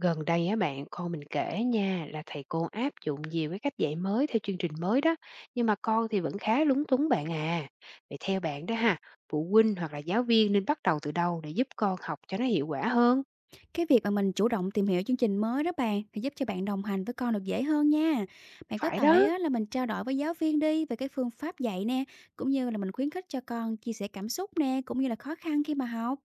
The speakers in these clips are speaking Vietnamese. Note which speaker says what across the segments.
Speaker 1: Gần đây á bạn, con mình kể nha là thầy cô áp dụng nhiều cái cách dạy mới theo chương trình mới đó, nhưng mà con thì vẫn khá lúng túng bạn à. Vậy theo bạn đó ha, phụ huynh hoặc là giáo viên nên bắt đầu từ đâu để giúp con học cho nó hiệu quả hơn?
Speaker 2: Cái việc mà mình chủ động tìm hiểu chương trình mới đó bạn, thì giúp cho bạn đồng hành với con được dễ hơn nha. Bạn có
Speaker 1: Phải đó.
Speaker 2: thể á, là mình trao đổi với giáo viên đi về cái phương pháp dạy nè, cũng như là mình khuyến khích cho con chia sẻ cảm xúc nè, cũng như là khó khăn khi mà học.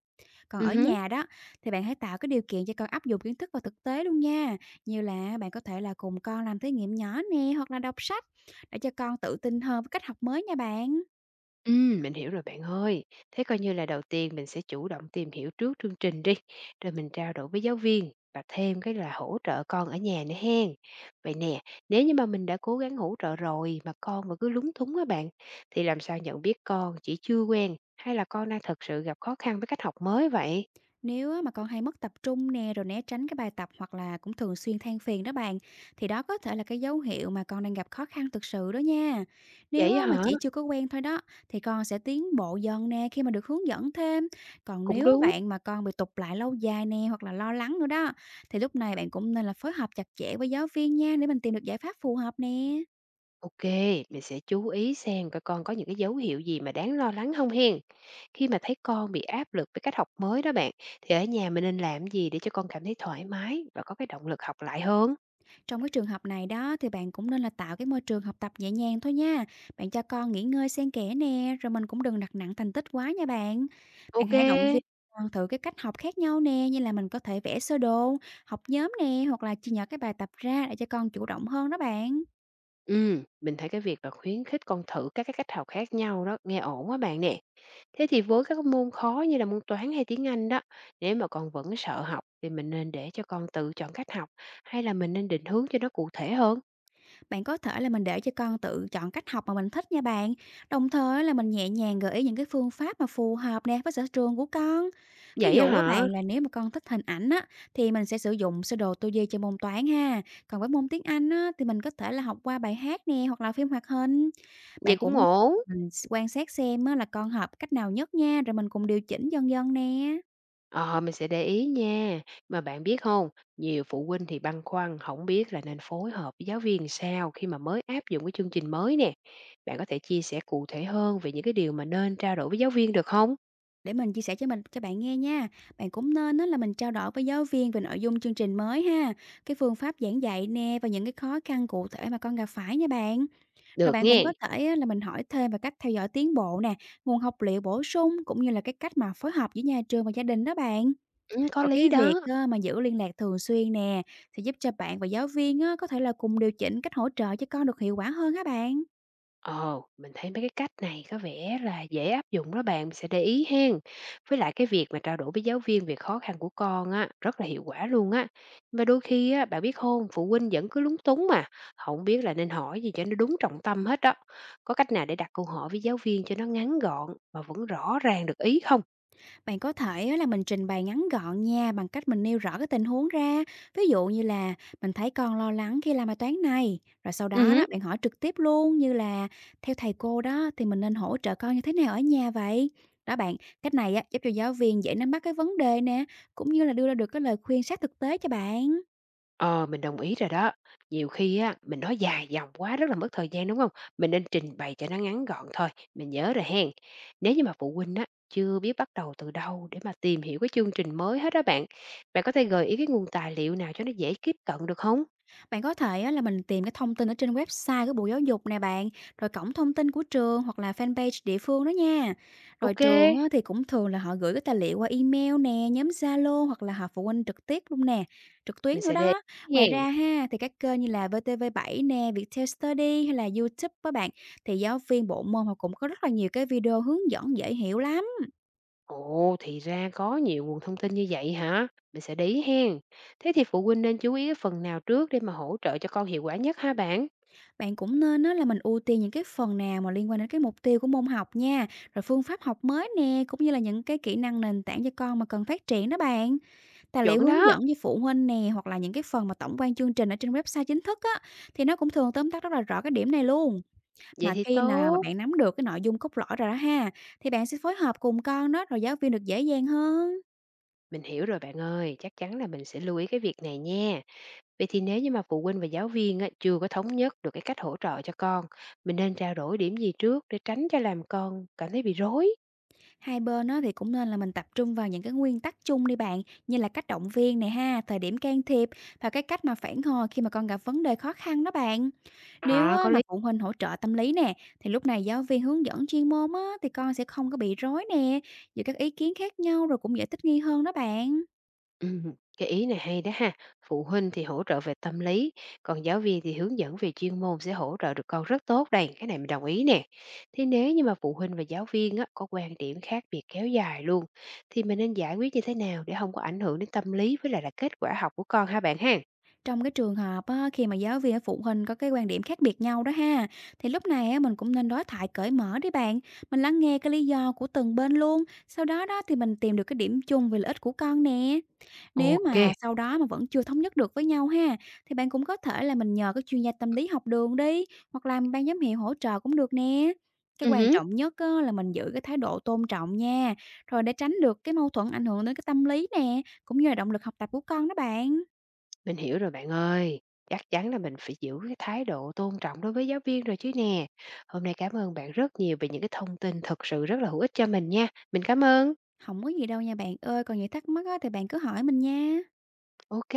Speaker 2: Còn ở
Speaker 1: Ừ.
Speaker 2: nhà đó thì bạn hãy tạo cái điều kiện cho con áp dụng kiến thức vào thực tế luôn nha. Như là bạn có thể là cùng con làm thí nghiệm nhỏ nè hoặc là đọc sách để cho con tự tin hơn với cách học mới nha bạn.
Speaker 1: Mình hiểu rồi bạn ơi. Thế coi như là đầu tiên mình sẽ chủ động tìm hiểu trước chương trình đi, rồi mình trao đổi với giáo viên và thêm cái là hỗ trợ con ở nhà nữa hen. Vậy nè, nếu như mà mình đã cố gắng hỗ trợ rồi mà con vẫn cứ lúng túng á bạn, thì làm sao nhận biết con chỉ chưa quen hay là con đang thật sự gặp khó khăn với cách học mới vậy?
Speaker 2: Nếu á mà con hay mất tập trung nè, rồi né tránh cái bài tập hoặc là cũng thường xuyên than phiền đó bạn, thì đó có thể là cái dấu hiệu mà con đang gặp khó khăn thực sự đó nha. Nếu
Speaker 1: Vậy á
Speaker 2: á mà
Speaker 1: hả?
Speaker 2: chỉ chưa có quen thôi đó, thì con sẽ tiến bộ dần nè khi mà được hướng dẫn thêm. Còn
Speaker 1: Cũng
Speaker 2: nếu á
Speaker 1: đúng.
Speaker 2: bạn mà con bị tụt lại lâu dài nè hoặc là lo lắng nữa đó, thì lúc này bạn cũng nên là phối hợp chặt chẽ với giáo viên nha để mình tìm được giải pháp phù hợp nè.
Speaker 1: OK, mình sẽ chú ý xem coi con có những cái dấu hiệu gì mà đáng lo lắng không hen. Khi mà thấy con bị áp lực với cách học mới đó bạn, thì ở nhà mình nên làm gì để cho con cảm thấy thoải mái và có cái động lực học lại hơn?
Speaker 2: Trong cái trường hợp này đó thì bạn cũng nên là tạo cái môi trường học tập nhẹ nhàng thôi nha. Bạn cho con nghỉ ngơi xen kẽ nè, rồi mình cũng đừng đặt nặng thành tích quá nha bạn. Bạn hãy động viên
Speaker 1: OK.
Speaker 2: con thử cái cách học khác nhau nè, như là mình có thể vẽ sơ đồ, học nhóm nè, hoặc là chia nhỏ cái bài tập ra để cho con chủ động hơn đó bạn.
Speaker 1: Mình thấy cái việc là khuyến khích con thử các cái cách học khác nhau đó, nghe ổn quá bạn nè. Thế thì với các môn khó như là môn toán hay tiếng Anh đó, nếu mà con vẫn sợ học thì mình nên để cho con tự chọn cách học hay là mình nên định hướng cho nó cụ thể hơn?
Speaker 2: Bạn có thể là mình để cho con tự chọn cách học mà mình thích nha bạn. Đồng thời là mình nhẹ nhàng gợi ý những cái phương pháp mà phù hợp nè với sở trường của con. Ví
Speaker 1: Vậy á
Speaker 2: dụ á
Speaker 1: hả?
Speaker 2: bạn là nếu mà con thích hình ảnh á thì mình sẽ sử dụng sơ đồ tư duy cho môn toán ha. Còn với môn tiếng Anh á thì mình có thể là học qua bài hát nè hoặc là phim hoạt hình.
Speaker 1: Vậy
Speaker 2: Bạn cũng
Speaker 1: cũng ổn.
Speaker 2: mình quan sát xem á là con hợp cách nào nhất nha, rồi mình cùng điều chỉnh dần dần nè.
Speaker 1: Ờ, mình sẽ để ý nha. Mà bạn biết không, nhiều phụ huynh thì băn khoăn không biết là nên phối hợp với giáo viên sao khi mà mới áp dụng cái chương trình mới nè. Bạn có thể chia sẻ cụ thể hơn về những cái điều mà nên trao đổi với giáo viên được không
Speaker 2: Để mình chia sẻ cho bạn nghe nha. Bạn cũng nên đó là mình trao đổi với giáo viên về nội dung chương trình mới ha, cái phương pháp giảng dạy nè và những cái khó khăn cụ thể mà con gặp phải nha bạn. Rồi
Speaker 1: Được
Speaker 2: bạn cũng có
Speaker 1: nghe
Speaker 2: thể á là mình hỏi thêm về cách theo dõi tiến bộ nè, nguồn học liệu bổ sung cũng như là cái cách mà phối hợp giữa nhà trường và gia đình đó bạn.
Speaker 1: . Ừm, có
Speaker 2: Rồi cái
Speaker 1: lý
Speaker 2: việc
Speaker 1: đó.
Speaker 2: á mà giữ liên lạc thường xuyên nè sẽ giúp cho bạn và giáo viên á có thể là cùng điều chỉnh cách hỗ trợ cho con được hiệu quả hơn há bạn.
Speaker 1: Ồ, mình thấy mấy cái cách này có vẻ là dễ áp dụng đó bạn, mình sẽ để ý hen. Với lại cái việc mà trao đổi với giáo viên về khó khăn của con á, rất là hiệu quả luôn á. Mà đôi khi á, bạn biết không, phụ huynh vẫn cứ lúng túng mà, không biết là nên hỏi gì cho nó đúng trọng tâm hết đó. Có cách nào để đặt câu hỏi với giáo viên cho nó ngắn gọn mà vẫn rõ ràng được ý không?
Speaker 2: Bạn có thể á là mình trình bày ngắn gọn nha, bằng cách mình nêu rõ cái tình huống ra. Ví dụ như là "Mình thấy con lo lắng khi làm bài toán này." Rồi sau đó đó,
Speaker 1: Ừ.
Speaker 2: bạn hỏi trực tiếp luôn như là "Theo thầy cô đó, thì mình nên hỗ trợ con như thế nào ở nhà vậy?" Đó bạn, cách này á giúp cho giáo viên dễ nắm bắt cái vấn đề nè, cũng như là đưa ra được cái lời khuyên sát thực tế cho bạn.
Speaker 1: Ờ, mình đồng ý rồi đó. Nhiều khi á, mình nói dài dòng quá rất là mất thời gian, đúng không? Mình nên trình bày cho nó ngắn gọn thôi, mình nhớ rồi hen. Nếu như mà phụ huynh á, chưa biết bắt đầu từ đâu để mà tìm hiểu cái chương trình mới hết đó bạn, bạn có thể gợi ý cái nguồn tài liệu nào cho nó dễ tiếp cận được không?
Speaker 2: Bạn có thể á, là mình tìm cái thông tin ở trên website của Bộ Giáo dục nè bạn, rồi cổng thông tin của trường hoặc là fanpage địa phương đó nha. Rồi
Speaker 1: Ok,
Speaker 2: trường á, thì cũng thường là họ gửi cái tài liệu qua email nè, nhóm Zalo hoặc là họp phụ huynh trực tiếp luôn nè, trực tuyến
Speaker 1: mình
Speaker 2: nữa
Speaker 1: sẽ để
Speaker 2: đó.
Speaker 1: ý
Speaker 2: Ngoài
Speaker 1: hen.
Speaker 2: ra ha, thì các kênh như là VTV7 nè, Viettel Study hay là YouTube các bạn thì giáo viên bộ môn họ cũng có rất là nhiều cái video hướng dẫn dễ hiểu lắm.
Speaker 1: Ồ, thì ra có nhiều nguồn thông tin như vậy hả? Mình sẽ để ý hen. Thế thì phụ huynh nên chú ý cái phần nào trước để mà hỗ trợ cho con hiệu quả nhất ha bạn?
Speaker 2: Bạn cũng nên á, là mình ưu tiên những cái phần nào mà liên quan đến cái mục tiêu của môn học nha, rồi phương pháp học mới nè, cũng như là những cái kỹ năng nền tảng cho con mà cần phát triển đó bạn. Tài liệu
Speaker 1: Chuẩn
Speaker 2: hướng
Speaker 1: đó,
Speaker 2: dẫn cho phụ huynh nè, hoặc là những cái phần mà tổng quan chương trình ở trên website chính thức á, thì nó cũng thường tóm tắt rất là rõ cái điểm này luôn.
Speaker 1: vậy
Speaker 2: Mà
Speaker 1: thì
Speaker 2: khi nào mà
Speaker 1: tốt.
Speaker 2: bạn nắm được cái nội dung cốt lõi rồi đó ha, thì bạn sẽ phối hợp cùng con đó, rồi giáo viên được dễ dàng hơn.
Speaker 1: Mình hiểu rồi bạn ơi, chắc chắn là mình sẽ lưu ý cái việc này nha. Vậy thì nếu như mà phụ huynh và giáo viên á, chưa có thống nhất được cái cách hỗ trợ cho con, mình nên trao đổi điểm gì trước để tránh cho làm con cảm thấy bị rối?
Speaker 2: Hai bên á thì cũng nên là mình tập trung vào những cái nguyên tắc chung đi bạn, như là cách động viên này ha, thời điểm can thiệp và cái cách mà phản hồi khi mà con gặp vấn đề khó khăn đó bạn. Nếu
Speaker 1: À,
Speaker 2: á
Speaker 1: có
Speaker 2: mà
Speaker 1: lý.
Speaker 2: phụ huynh hỗ trợ tâm lý nè, thì lúc này giáo viên hướng dẫn chuyên môn á, thì con sẽ không có bị rối nè giữa các ý kiến khác nhau, rồi cũng dễ thích nghi hơn đó bạn.
Speaker 1: Ừ, cái ý này hay đó ha. Phụ huynh thì hỗ trợ về tâm lý, còn giáo viên thì hướng dẫn về chuyên môn sẽ hỗ trợ được con rất tốt đây. Cái này mình đồng ý nè. Thế nếu như mà phụ huynh và giáo viên á, có quan điểm khác biệt kéo dài luôn, thì mình nên giải quyết như thế nào để không có ảnh hưởng đến tâm lý với lại là kết quả học của con ha bạn ha?
Speaker 2: Trong cái trường hợp á, khi mà giáo viên và phụ huynh có cái quan điểm khác biệt nhau đó ha, thì lúc này á, mình cũng nên đối thoại cởi mở đi bạn. Mình lắng nghe cái lý do của từng bên luôn. Sau đó đó thì mình tìm được cái điểm chung về lợi ích của con nè. Nếu mà
Speaker 1: OK.
Speaker 2: sau đó mà vẫn chưa thống nhất được với nhau ha, thì bạn cũng có thể là mình nhờ các chuyên gia tâm lý học đường đi, hoặc là ban giám hiệu hỗ trợ cũng được nè. Cái quan
Speaker 1: Hứm.
Speaker 2: trọng nhất á, là mình giữ cái thái độ tôn trọng nha, rồi để tránh được cái mâu thuẫn ảnh hưởng đến cái tâm lý nè, cũng như là động lực học tập của con đó bạn.
Speaker 1: Mình hiểu rồi bạn ơi. Chắc chắn là mình phải giữ cái thái độ tôn trọng đối với giáo viên rồi chứ nè. Hôm nay cảm ơn bạn rất nhiều về những cái thông tin thực sự rất là hữu ích cho mình nha. Mình cảm ơn.
Speaker 2: Không có gì đâu nha bạn ơi, còn những thắc mắc á thì bạn cứ hỏi mình nha.
Speaker 1: OK.